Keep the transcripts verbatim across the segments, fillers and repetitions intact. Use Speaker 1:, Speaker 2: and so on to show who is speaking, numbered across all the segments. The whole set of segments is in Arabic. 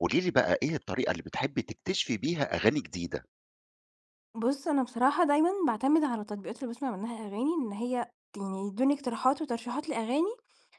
Speaker 1: قولي لي بقى إيه الطريقة اللي بتحبي تكتشفي بيها أغاني جديدة؟
Speaker 2: بُص، أنا بصراحة دايمًا باعتمد على التطبيقات اللي باسمع منها أغاني، إن هي ت يعني يدّوني اقتراحات وترشيحات لأغاني،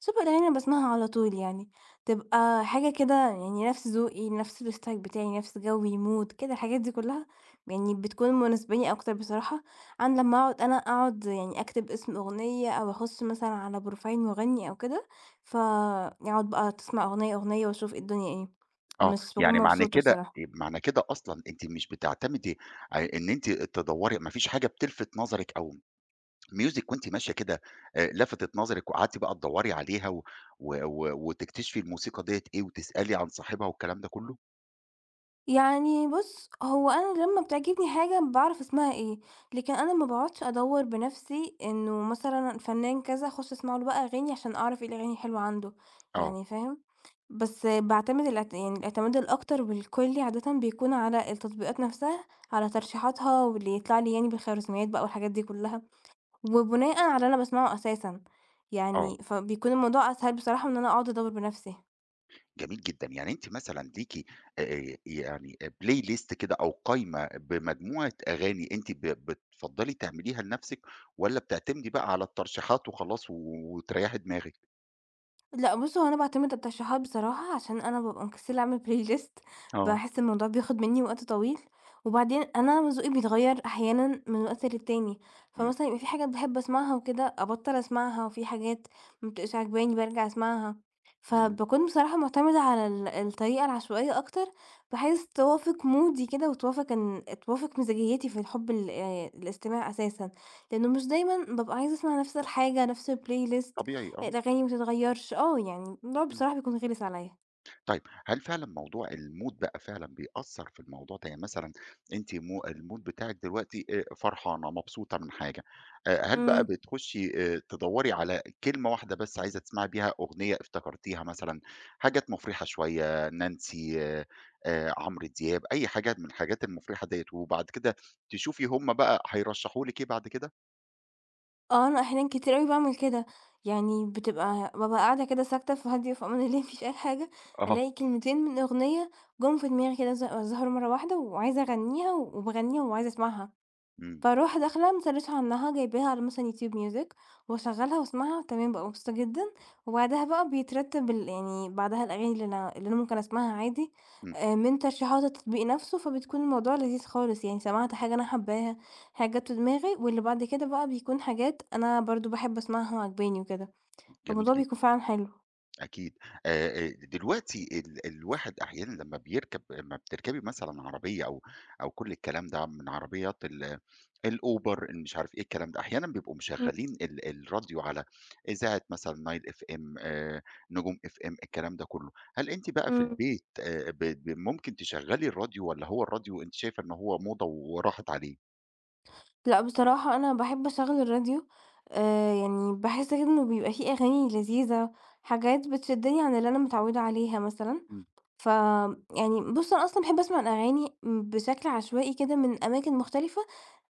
Speaker 2: سواء الأغاني اللي باسمعها على طول يعني، تبقى حاجة كده يعني نفس ذوقي، نفس الstyle بتاعي، نفس جوي، mood كده الحاجات دي كلها، يعني بتكون مناسباني أكتر بصراحة، عن لمّا أقعد أنا أقعد يعني أكتب اسم أغنية أو أخُش مثلًا على بروفايل مغني أو كده، ف أقعد بقى تسمع أغنية، أغنية وأشوف إيه الدنيا إيه،
Speaker 1: آه،
Speaker 2: مش باكون
Speaker 1: يعني معنى
Speaker 2: مبسوطة
Speaker 1: كده
Speaker 2: بصراحة.
Speaker 1: معنى كده أصلًا أنتِ مش بتعتمدي ع إن أنتِ تدوّري، ما فيش حاجة بتلفت نظرِك أو music وأنتِ ماشية كده، آآ، لفتت نظرِك وقعدتِ بقى تدوّري عليها، و و و وتكتشفي الموسيقى ديّة إيه وتسألي عن صاحبها والكلام ده كله؟
Speaker 2: يعني بُص، هو أنا لمّا بتعجبني حاجة باعرف اسمها إيه، لكن أنا ما باقعدش أدوّر بنفسي إنه مثلًا فنان كذا أخش أسمع له بقى أغاني عشان أعرف إيه الأغاني الحلوة عنده،
Speaker 1: آه،
Speaker 2: يعني فاهم؟ بس باعتمد الاعت يعني الاعتماد الأكتر والكلّي عادةً بيكون على التطبيقات نفسها، على ترشيحاتها واللي يطلع لي يعني بالخوارزميات بقى والحاجات دي كلّها، وبناءً على اللي أنا باسمعه أساسًا،
Speaker 1: آه.
Speaker 2: يعني فبيكون الموضوع أسهل بصراحة من إن أنا أقعد أدوّر بنفسي.
Speaker 1: جميل جدًا، يعني أنتِ مثلًا ليكِ، آآ يعني playlist كده أو قايمة بمجموعة أغاني أنتِ ب بتفضّلي تعمليها لنَفْسِك، والّا بتعتمدي بقى على الترشيحات وخلاص، و وتريّحي دماغِك؟
Speaker 2: لأ بُص، هو أنا باعتمد على الترشيحات بصراحة، عشان أنا بابقى مكسلة أعمل playlist
Speaker 1: آه.
Speaker 2: باحس الموضوع بياخد مني وقت طويل، وبعدين أنا ذوقي بيتغير أحيانًا من وقت للتاني،
Speaker 1: إمم،
Speaker 2: فمثلًا يبقى في حاجات باحب أسمعها وكده أبطّل أسمعها، وفي حاجات ما بتبقاش عاجباني بارجع أسمعها،
Speaker 1: إمم،
Speaker 2: فباكون بصراحة معتمدة على ال الطريقة العشوائية أكتر، بحيث توافق مودي كده وتوافق إن توافق مزاجيتي في الحب ال آآ الاستماع أساسًا، لإنه مش دايمًا بابقى عايزة أسمع نفس الحاجة، نفس الplaylist
Speaker 1: طبيعي آه،
Speaker 2: الأغاني ما تتغيّرش، آه، يعني الموضوع
Speaker 1: إمم.
Speaker 2: بصراحة بيكون غِلِس عليّا.
Speaker 1: طيب هل فعلًا موضوع الmood بقى فعلًا بيأثّر في الموضوع ده؟ يعني مثلًا أنتِ مو الmood بتاعِك دلوقتي آآ فرحانة، مبسوطة من حاجة، آآ هل بقى
Speaker 2: إمم.
Speaker 1: بتخشي آآ تدوّري على كلمة واحدة بس عايزة تسمعي بيها أغنية افتكرتيها مثلًا، حاجات مفرحة شوية، نانسي، آآ عمرو دياب، أي حاجة من الحاجات المفرحة ديّة، وبعد كده تشوفي هُم بقى هيرشحوا لِك إيه بعد كده؟
Speaker 2: آه، أنا أحيانًا كتير أوي باعمل كده، يعني بتبقى بابقى قاعدة كده ساكتة في هادية في أمان الله ما فيش أي حاجة،
Speaker 1: آه.
Speaker 2: ألاقي كلمتين من أغنية جُم في دماغي كده ظ ظهروا مرّة واحدة وعايزة أغنّيها وباغنّيها وعايزة أسمعها.
Speaker 1: إمم،
Speaker 2: فاروح داخلة مسرشاها عنها، جايباها على مثلًا YouTube music واشغّلها واسمعها تمام، بابقى مبسوطة جدًا، وبعدها بقى بيترتب ال يعني بعدها الأغاني اللي أنا اللي أنا ممكن أسمعها عادي
Speaker 1: إمم،
Speaker 2: آآ، من ترشيحات التطبيق نفسه، فبتكون الموضوع لذيذ خالص يعني سمعت حاجة أنا حاباها، حاجة جات في دماغي، واللي بعد كده بقى بيكون حاجات أنا برضه باحب أسمعها وعاجباني وكده،
Speaker 1: جميل
Speaker 2: فالموضوع بيكون
Speaker 1: جدًا.
Speaker 2: فعلًا حلو.
Speaker 1: أكيد. آآ آآ دلوقتي ال الواحد أحيانًا لمّا، بيركب لمّا بتركبي مثلًا عربية، أو أو كل الكلام ده من عربيات ال الأوبر، اللي مش عارف إيه الكلام ده. أحيانًا بيبقوا
Speaker 2: إمم،
Speaker 1: مشغّلين ال الراديو على إذاعة مثلًا نايل إف إم، آآ نجوم إف إم، الكلام ده كُلّه. هل أنتِ بقى في
Speaker 2: إمم.
Speaker 1: البيت آآ ب ب ممكن تشغّلي الراديو، والّا هو الراديو أنتِ شايفة إن هو موضة وراحت عليه؟
Speaker 2: لأ بصراحة أنا باحب أشغّل الراديو، آآ يعني باحس كده إنه بيبقى في أغاني لذيذة، حاجات بتشدّني عن اللي أنا متعوّدة عليها مثلًا.
Speaker 1: إمم.
Speaker 2: ف يعني بُص أنا أصلًا باحب أسمع الأغاني بشكل عشوائي كده من أماكن مختلفة.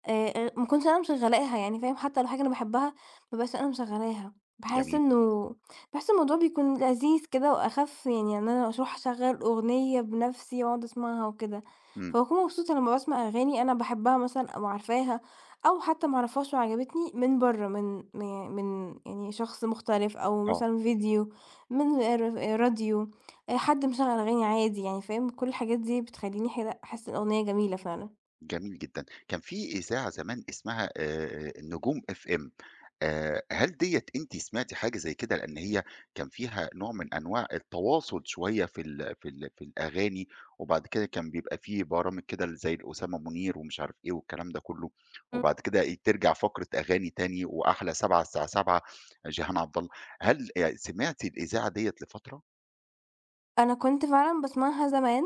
Speaker 2: آآ، ما أكونش أنا مشغّلاها يعني فاهم، حتى لو حاجة أنا باحبها ما أبقاش أنا مشغّلاها، باحس
Speaker 1: جميل.
Speaker 2: إنه باحس الموضوع بيكون لذيذ كده وأخَف يعني إن أنا أروح أشغّل أغنية بنَفْسي وأقعد أسمعها وكده،
Speaker 1: إمم.
Speaker 2: فباكون مبسوطة لمّا باسمع أغاني أنا باحبها مثلًا أو عارفاها أو حتى ما أعرفهاش وعجبتني من برّه، من م من يعني شخص مختلف أو مثلًا فيديو، من ر راديو، آآ، حد مشغّل أغاني عادي يعني فاهم، كل الحاجات دي بتخلّيني حل أحس الأغنية جميلة فعلًا.
Speaker 1: جميل جدًا. كان في إذاعة زمان اسمها، آآ النجوم إف إم، آآ هل ديّة أنتِ سمعتِ حاجة زي كده؟ لإن هي كان فيها نوع من أنواع التواصل شوية في ال في ال في الأغاني، وبعد كده كان بيبقى في برامج كده، ال زي لأسامة منير ومش عارف إيه والكلام ده كله، وبعد كده ي ترجع فقرة أغاني تاني، وأحلى سبعة الساعة السابعة مساءً جيهان عبد الله. هل آآ سمعتِ الإذاعة ديّة لفترة؟
Speaker 2: أنا كنت فعلًا باسمعها زمان،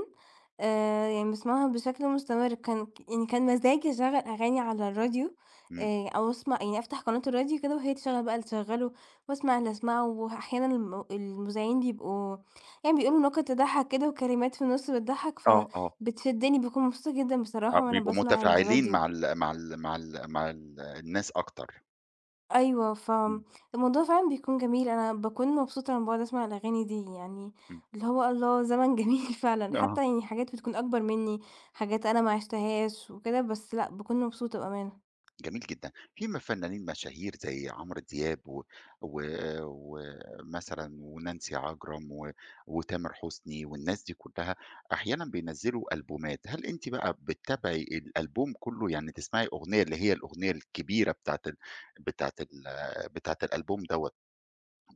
Speaker 2: آآ يعني باسمعها بشكل مستمر، كان يعني كان مزاجي أشغّل أغاني على الراديو،
Speaker 1: إمم.
Speaker 2: آآ أو أسمع يعني أفتح قناة الراديو كده وهي تشغّل بقى اللي تشغّله، وأسمع اللي أسمعه، وأحيانًا الم المذيعين بيبقوا يعني بيقولوا نكت تضحّك كده وكلمات في النُص بتضحّك،
Speaker 1: آه، آه.
Speaker 2: فبتشدّني، باكون مبسوطة جدًا
Speaker 1: آه،
Speaker 2: بصراحة وأنا
Speaker 1: بيبقوا
Speaker 2: باسمع
Speaker 1: متفاعلين مع
Speaker 2: الراديو.
Speaker 1: ال مع ال مع ال مع ال الناس أكتر.
Speaker 2: أيوه،
Speaker 1: إمم،
Speaker 2: فالموضوع فعلًا بيكون جميل، أنا باكون مبسوطة لمّا باقعد أسمع الأغاني دي، يعني
Speaker 1: إمم،
Speaker 2: اللي هو الله زمن جميل فعلًا،
Speaker 1: آه،
Speaker 2: حتى يعني حاجات بتكون أكبر منّي، حاجات أنا ما عِشتهاش وكده، بس لأ باكون مبسوطة بأمانة.
Speaker 1: جميل جدا. في م فنانين مشاهير زي عمرو دياب ومثلا، و و ومثلًا ونانسي عجرم، و وتامر حسني والناس دي كلّها أحيانًا بينزّلوا ألبومات. هل أنتِ بقى بتتابعي الألبوم كلّه، يعني تسمعي أغنية اللي هي الأغنية الكبيرة بتاعة ال بتاعة ال بتاعة الألبوم دوّة،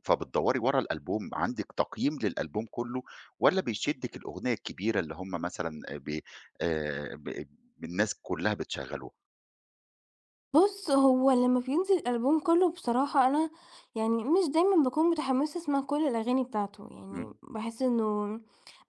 Speaker 1: فبتدوّري ورا الألبوم، عندِك تقييم للألبوم كلّه، والّا بيشدِّك الأغنية الكبيرة اللي هم مثلًا آآ بي آآ ب الناس كلّها بتشغّلوها؟
Speaker 2: بُص، هو لمّا بينزل الألبوم كلّه بصراحة أنا يعني مش دايمًا باكون متحمسة أسمع كل الأغاني بتاعته،
Speaker 1: إمم،
Speaker 2: يعني باحس إنه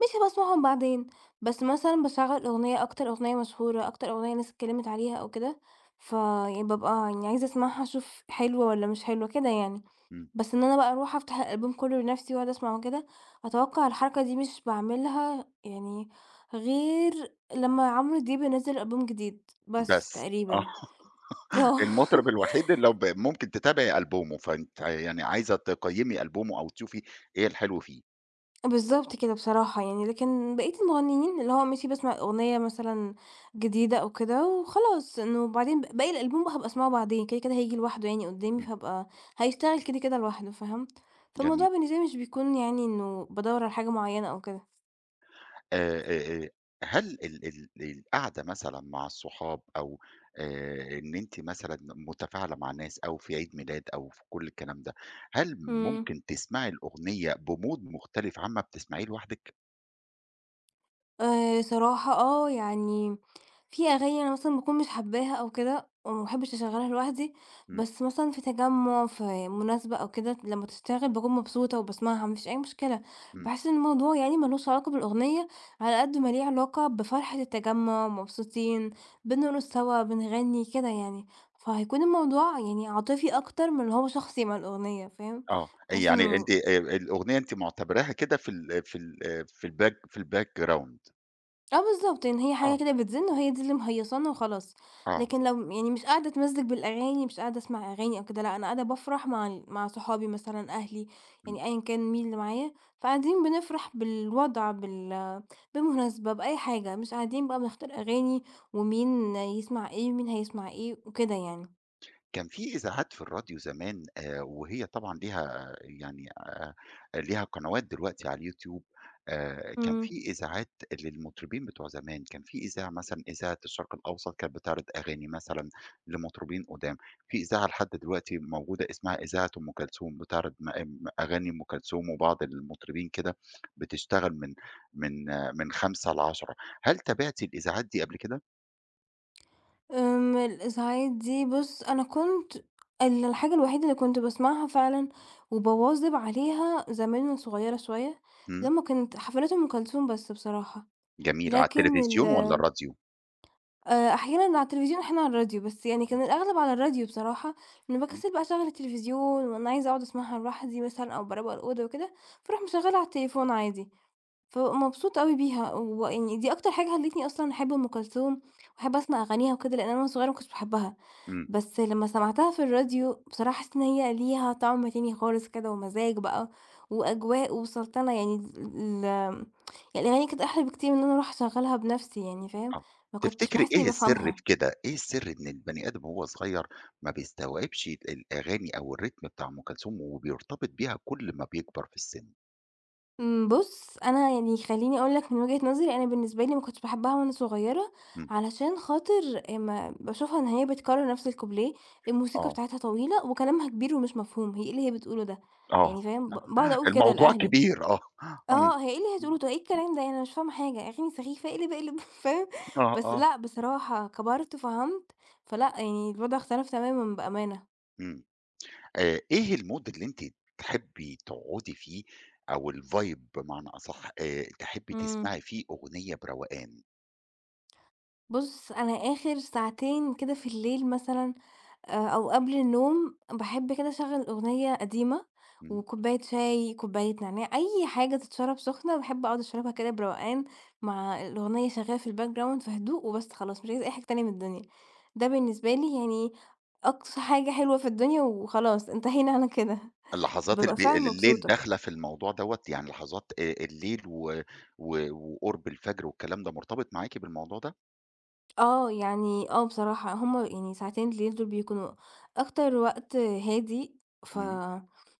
Speaker 2: مش هابقى أسمعهم بعدين، بس مثلًا باشغّل أغنية أكتر أغنية مشهورة، أكتر أغنية الناس اتكلمت عليها أو كده، فيعني بابقى يعني عايزة أسمعها أشوف حلوة والّا مش حلوة كده يعني.
Speaker 1: إمم،
Speaker 2: بس إن أنا بقى أروح أفتح الألبوم كلّه لنفسي وأقعد أسمعه كده، أتوقع الحركة دي مش باعملها يعني غير لمّا عمرو دياب ينزّل ألبوم جديد، بس
Speaker 1: بس آه.
Speaker 2: تقريبًا. آه.
Speaker 1: المطرب الوحيد اللي لو ب ممكن تتابعي ألبومه، فأنتِ يعني عايزة تقيّمي ألبومه أو تشوفي إيه الحلو فيه.
Speaker 2: بالضبط كده بصراحة يعني، لكن بقية المغنيين اللي هو ماشي باسمع أغنية مثلًا جديدة أو كده وخلاص، إنه بعدين ب باقي الألبوم بقى هابقى أسمعه بعدين، كده، كده هييجي لوحده يعني قدّامي،
Speaker 1: إمم.
Speaker 2: فهابقى هيشتغل كده، كده لوحده، فاهم؟ فالموضوع
Speaker 1: جميل.
Speaker 2: بالنسبة لي مش بيكون يعني إنه بادوّر على حاجة معيّنة أو كده.
Speaker 1: آآ آآ آآ هل ال ال القعدة مثلًا مع الصحاب أو، آآ إن أنتِ مثلًا متفاعلة مع ناس أو في عيد ميلاد أو في كل الكلام ده، هل
Speaker 2: إمم.
Speaker 1: ممكن تسمعي الأغنية بmood مختلف عما بتسمعيه لوحدِك؟
Speaker 2: آآ صراحة آه، يعني في أغاني أنا مثلًا باكون مش حاباها أو كده وما باحبش أشغّلها لوحدي،
Speaker 1: إمم،
Speaker 2: بس مثلًا في تجمُّع، في مناسبة أو كده، لمّا تشتغل باكون مبسوطة وباسمعها، ما فيش أي مشكلة.
Speaker 1: إمم.
Speaker 2: باحس إن الموضوع يعني ما لوش علاقة بالأغنية على قد ما ليه علاقة بفرحة التجمُّع، مبسوطين، بنرقص سوا، بنغني كده يعني، فهيكون الموضوع يعني عاطفي أكتر من اللي هو شخصي مع الأغنية، فاهم؟
Speaker 1: آه،
Speaker 2: باحس
Speaker 1: يعني أنتِ
Speaker 2: إنه
Speaker 1: آآ الأغنية أنتِ معتبراها كده في ال في ال في الback في الbackground.
Speaker 2: آه بالضبط، يعني هي حاجة
Speaker 1: آه.
Speaker 2: كده بتزِن وهي دي اللي مهيّصانا وخلاص،
Speaker 1: آه،
Speaker 2: لكن لو يعني مش قاعدة أتمزّج بالأغاني، مش قاعدة أسمع أغاني أو كده، لأ أنا قاعدة بافرح مع ال مع صحابي مثلًا، أهلي،
Speaker 1: إمم.
Speaker 2: يعني أيًا كان مين اللي معايا، فقاعدين بنفرح بالوضع، بال بمناسبة، بأي حاجة، مش قاعدين بقى بنختار أغاني ومين يسمع إيه ومين هيسمع إيه وكده يعني.
Speaker 1: كان في إذاعات في الراديو زمان، آآ وهي طبعًا ليها يعني، آآ ليها قنوات دلوقتي على اليوتيوب. آآ كان في
Speaker 2: إمم.
Speaker 1: إذاعات للمطربين بتوع زمان، كان في إذاعة مثلًا إذاعة الشرق الأوسط كانت بتعرض أغاني مثلًا لمطربين قُدام. في إذاعة لحد دلوقتي موجودة اسمها إذاعة أم كلثوم بتعرض م م أغاني أم كلثوم وبعض المطربين كده، بتشتغل من من آه، من السابعة عشر للثانية والعشرين. هل تابعتِ الإذاعات دي قبل كده؟
Speaker 2: آمم، الإزعاج دي بُص، أنا كنت ال الحاجة الوحيدة اللي كنت باسمعها فعلًا وباواظب عليها زمان وأنا صغيرة شوية،
Speaker 1: إمم.
Speaker 2: لمّا كانت حفلات أم كلثوم بس بصراحة،
Speaker 1: جميل، على
Speaker 2: لكن ال
Speaker 1: التلفزيون والّا الراديو؟
Speaker 2: آآ، أحيانًا على التليفزيون أحيانًا على الراديو، بس يعني كان الأغلب على الراديو بصراحة، لإني
Speaker 1: إمم،
Speaker 2: باكسل بقى أشغّل التلفزيون وأنا عايزة أقعد أسمعها لوحدي مثلًا أو باروّق الأوضة وكده، فاروح مشغّلاها على التليفون عادي، فبابقى مبسوطة أوي بيها ويعني دي أكتر حاجة خلّتني أصلًا أحب أم كلثوم وأحب أسمع أغانيها وكده، لإن أنا وأنا صغيرة ما كنتش باحبها.
Speaker 1: إمم.
Speaker 2: بس لمّا سمعتها في الراديو، بصراحة حسيت إن هي ليها طعم تاني خالص كده ومزاج بقى وأجواء وسلطنة يعني ال آمم، يعني الأغاني كانت أحلى بكتير من إن أنا أروح أشغّلها بنفسي يعني فاهم،
Speaker 1: آه.
Speaker 2: ما كنتش
Speaker 1: تفتكري
Speaker 2: باحس إني
Speaker 1: إيه السر
Speaker 2: بافهمها.
Speaker 1: في كده؟ إيه السر إن البني آدم وهو صغير ما بيستوعبش الأغاني أو الريتم بتاع أم كلثوم وبيرتبط بيها كل ما بيكبر في السن؟
Speaker 2: إمم، بُص، أنا يعني خلّيني أقول لك من وجهة نظري، أنا بالنسبة لي ما كنتش باحبها وأنا صغيرة
Speaker 1: إمم،
Speaker 2: علشان خاطر آآ، ما باشوفها إن هي بتكرّر نفس الكوبليه، الموسيقى
Speaker 1: آه،
Speaker 2: بتاعتها طويلة وكلامها كبير ومش مفهوم، هي إيه اللي هي بتقوله ده؟
Speaker 1: آه.
Speaker 2: يعني فاهم، ب باقعد أقول كده
Speaker 1: الموضوع
Speaker 2: لأهلي.
Speaker 1: كبير آه. إمم،
Speaker 2: آه، هي إيه اللي هتقوله ده، إيه الكلام ده، يعني أنا مش فاهمة حاجة، أغاني سخيفة، اقلب اقلب فاهم،
Speaker 1: آه،
Speaker 2: بس
Speaker 1: آه،
Speaker 2: لأ بصراحة كبرت فهمت، فلأ يعني الوضع اختلف تمامًا بأمانة،
Speaker 1: إمم. آآ، إيه الmood اللي أنتِ تحبي تقعدي فيه أو الvibe بمعنى أصح، آآ، تحبي
Speaker 2: إمم.
Speaker 1: تسمعي فيه أغنية بروقان؟
Speaker 2: بُص، أنا آخر ساعتين كده في الليل مثلًا، آآ، أو قبل النوم باحب كده أشغّل أغنية قديمة،
Speaker 1: إمم.
Speaker 2: وكوباية شاي، كوباية نعناع، أي حاجة تتشرب سخنة باحب أقعد أشربها كده بروقان مع الأغنية شغالة في الbackground في هدوء وبس خلاص، مش عايزة أي حاجة تانية من الدنيا. ده بالنسبة لي يعني أقصى حاجة حلوة في الدنيا وخلاص انتهينا على كده،
Speaker 1: اللحظات
Speaker 2: بابقى
Speaker 1: الب
Speaker 2: فعلًا
Speaker 1: الليل
Speaker 2: مبسوطة.
Speaker 1: داخلة في الموضوع دوّة، يعني لحظات آآ الليل، و و وقُرب الفجر والكلام ده مرتبط معاكِ بالموضوع ده؟
Speaker 2: آه، يعني آه بصراحة هُم يعني ساعتين الليل دول بيكونوا أكتر وقت هادي، ف
Speaker 1: إمم،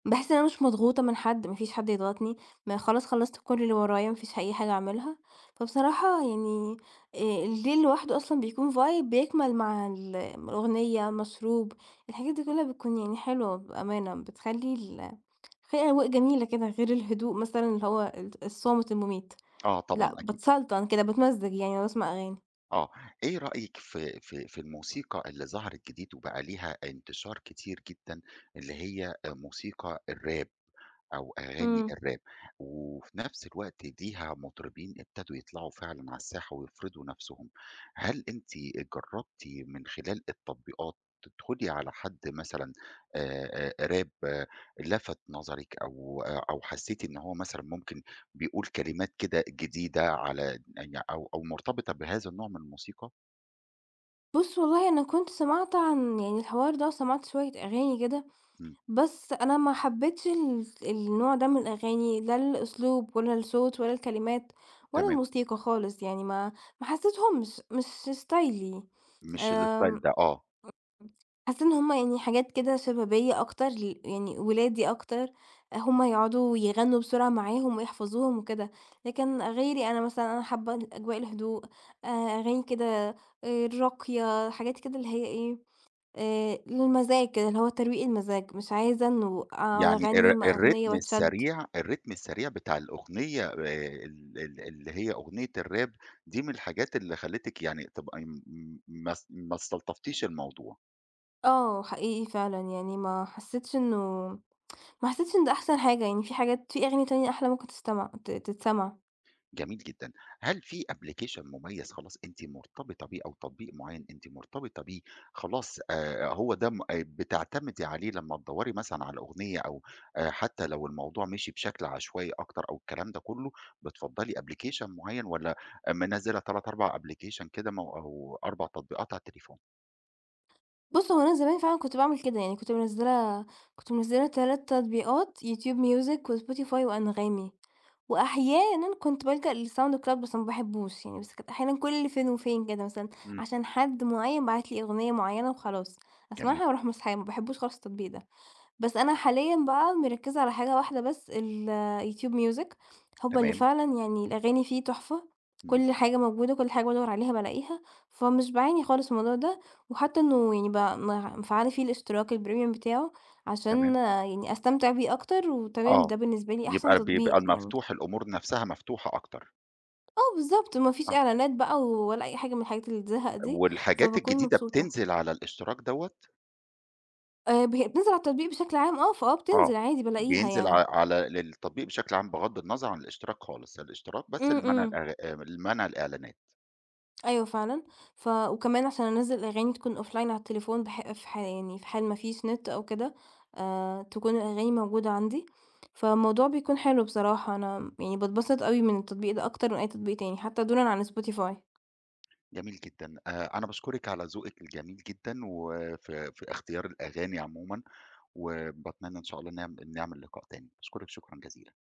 Speaker 2: باحس إن أنا مش مضغوطة من حد، ما فيش حد يضغطني، ما خلاص خلّصت كل اللي ورايا، ما فيش أي حاجة أعملها، فبصراحة يعني آآ الليل لوحده أصلًا بيكون vibe بيكمل مع ال الأغنية، مشروب، الحاجات دي كلّها بتكون يعني حلوة بأمانة، بتخلّي ال بتخلّي أجواء جميلة كده غير الهدوء مثلًا اللي هو ال الصامت المميت،
Speaker 1: آه طبعًا
Speaker 2: لأ
Speaker 1: أكيد،
Speaker 2: باتسلطن كده، باتمزج يعني وأنا باسمع أغاني.
Speaker 1: آه. إيه رأيِك في في في الموسيقى اللي ظهرت جديد وبقى ليها انتشار كتير جدًا، اللي هي، آه، موسيقى الراب؟ أو أغاني
Speaker 2: إمم.
Speaker 1: الراب. وفي نفس الوقت ليها مطربين ابتدوا يطلعوا فعلًا على الساحة ويفرضوا نفسهم. هل أنتِ جربتِ من خلال التطبيقات تدخلي على حد مثلًا، آآ، آآ، راب آه، لفت نظرِك، أو آه، أو حسيتِ إن هو مثلًا ممكن بيقول كلمات كده جديدة على يعني، أو أو مرتبطة بهذا النوع من الموسيقى؟
Speaker 2: بُص والله أنا كنت سمعت عن يعني الحوار ده وسمعت شوية أغاني كده،
Speaker 1: إمم،
Speaker 2: بس أنا ما حبيتش ال النوع ده من الأغاني، لا الأسلوب ولا الصوت ولا الكلمات ولا
Speaker 1: تمام،
Speaker 2: الموسيقى خالص، يعني ما ما حسيتهمش مش مش ستايلي،
Speaker 1: مش الstyle
Speaker 2: آمم،
Speaker 1: ده، آه.
Speaker 2: حسيت إن هُم يعني حاجات كده شبابية أكتر ل يعني ولادي أكتر، هُم يقعدوا يغنوا بسرعة معاهم ويحفظوهم وكده، لكن غيري أنا مثلًا أنا حابة الأجواء الهدوء، آآ، أغاني كده، آآ، راقية، حاجات كده اللي هي إيه، آآ للمزاج كده، اللي هو ترويق المزاج، مش عايزة إنه أقعد
Speaker 1: يعني
Speaker 2: أغنّي
Speaker 1: الر
Speaker 2: م أغنية
Speaker 1: الريتم
Speaker 2: واتشد.
Speaker 1: السريع الريتم السريع بتاع الأغنية، آآ ال ال اللي هي أغنية الراب دي من الحاجات اللي خلّتِك يعني تبقي م م- ما است ما استلطفتيش الموضوع.
Speaker 2: آه، حقيقي فعلًا، يعني ما حسّيتش إنه ما حسّيتش إن ده أحسن حاجة، يعني في حاجات في أغاني تانية أحلى ممكن تستمع ت تتسمع.
Speaker 1: جميل جدًا. هل في application مميز خلاص أنتِ مرتبطة بيه أو تطبيق معيّن أنتِ مرتبطة بيه خلاص، آآ هو ده م آه، بتعتمدي عليه لمّا تدوّري مثلًا على أغنية أو، آآ حتى لو الموضوع مشي بشكل عشوائي أكتر أو الكلام ده كُلّه، بتفضّلي application معيّن والّا منزّلة ثلاثة، أربعة application كده، مو أو أربعة تطبيقات على التليفون؟
Speaker 2: بُص، هو أنا زمان فعلًا كنت باعمل كده، يعني كنت منزّلة كنت منزّلة تلات تطبيقات، يوتيوب ميوزك وSpotify وأنغامي. وأحيانًا كنت بالجأ لSound Cloud بس ما باحبوش يعني، بس كانت أحيانًا كل فين وفين كده مثلًا
Speaker 1: إمم.
Speaker 2: عشان حد معيّن بعت لي أغنية معيّنة وخلاص،
Speaker 1: جميل.
Speaker 2: أسمعها وأروح ماسحاها، ما باحبوش خالص التطبيق ده. بس أنا حاليًا بقى مركّزة على حاجة واحدة بس الYouTube Music هو اللي
Speaker 1: تمام.
Speaker 2: فعلًا يعني الأغاني فيه تحفة،
Speaker 1: إمم.
Speaker 2: كل حاجة موجودة، كل حاجة بادوّر عليها بالاقيها، فمش باعاني خالص من الموضوع ده، وحتى إنه يعني ب م مفعّلة فيه الاشتراك الPremium بتاعه
Speaker 1: تمام.
Speaker 2: عشان آه، يعني أستمتع بيه أكتر، وتمام
Speaker 1: آه.
Speaker 2: ده بالنسبة لي أحسن
Speaker 1: يبقى
Speaker 2: تطبيق
Speaker 1: بيبقى
Speaker 2: يعني.
Speaker 1: المفتوح، الأمور نَفْسها مفتوحة أكتر.
Speaker 2: آه بالضبط، ما فيش
Speaker 1: آه.
Speaker 2: إعلانات بقى ولا أي حاجة من الحاجات اللي تزهق دي،
Speaker 1: والحاجات
Speaker 2: فباكون
Speaker 1: الجديدة
Speaker 2: مبسوطة.
Speaker 1: بتنزل على الاشتراك دوّة؟
Speaker 2: آآ ب هي بتنزل على التطبيق بشكل عام، آه، فآه
Speaker 1: آه،
Speaker 2: بتنزل عادي بالاقيها
Speaker 1: بينزل ع
Speaker 2: يعني.
Speaker 1: على للتطبيق بشكل عام بغض النظر عن الاشتراك خالص، الاشتراك بس
Speaker 2: إمم،
Speaker 1: لمنع
Speaker 2: إمم،
Speaker 1: الإعلا آآ لمنع الإعلانات.
Speaker 2: أيوه فعلًا. ف وكمان عشان أنزّل أغاني تكون offline على التليفون بح في ح يعني في حال ما فيش نت أو كده، آآ تكون الأغاني موجودة عندي، فالموضوع بيكون حلو بصراحة، أنا يعني باتبسط أوي من التطبيق ده أكتر من أي تطبيق تاني، حتى دونًا عن spotify.
Speaker 1: جميل جدًا، آآ أنا باشكرِك على ذوقِك الجميل جدًا، وفي في اختيار الأغاني عمومًا، وباتمنى إن شاء الله نعم نعمل لقاء تاني. باشكرِك شكرًا جزيلًا.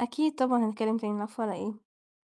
Speaker 2: أكيد طبعًا، هنتكلم تاني، العفو على إيه.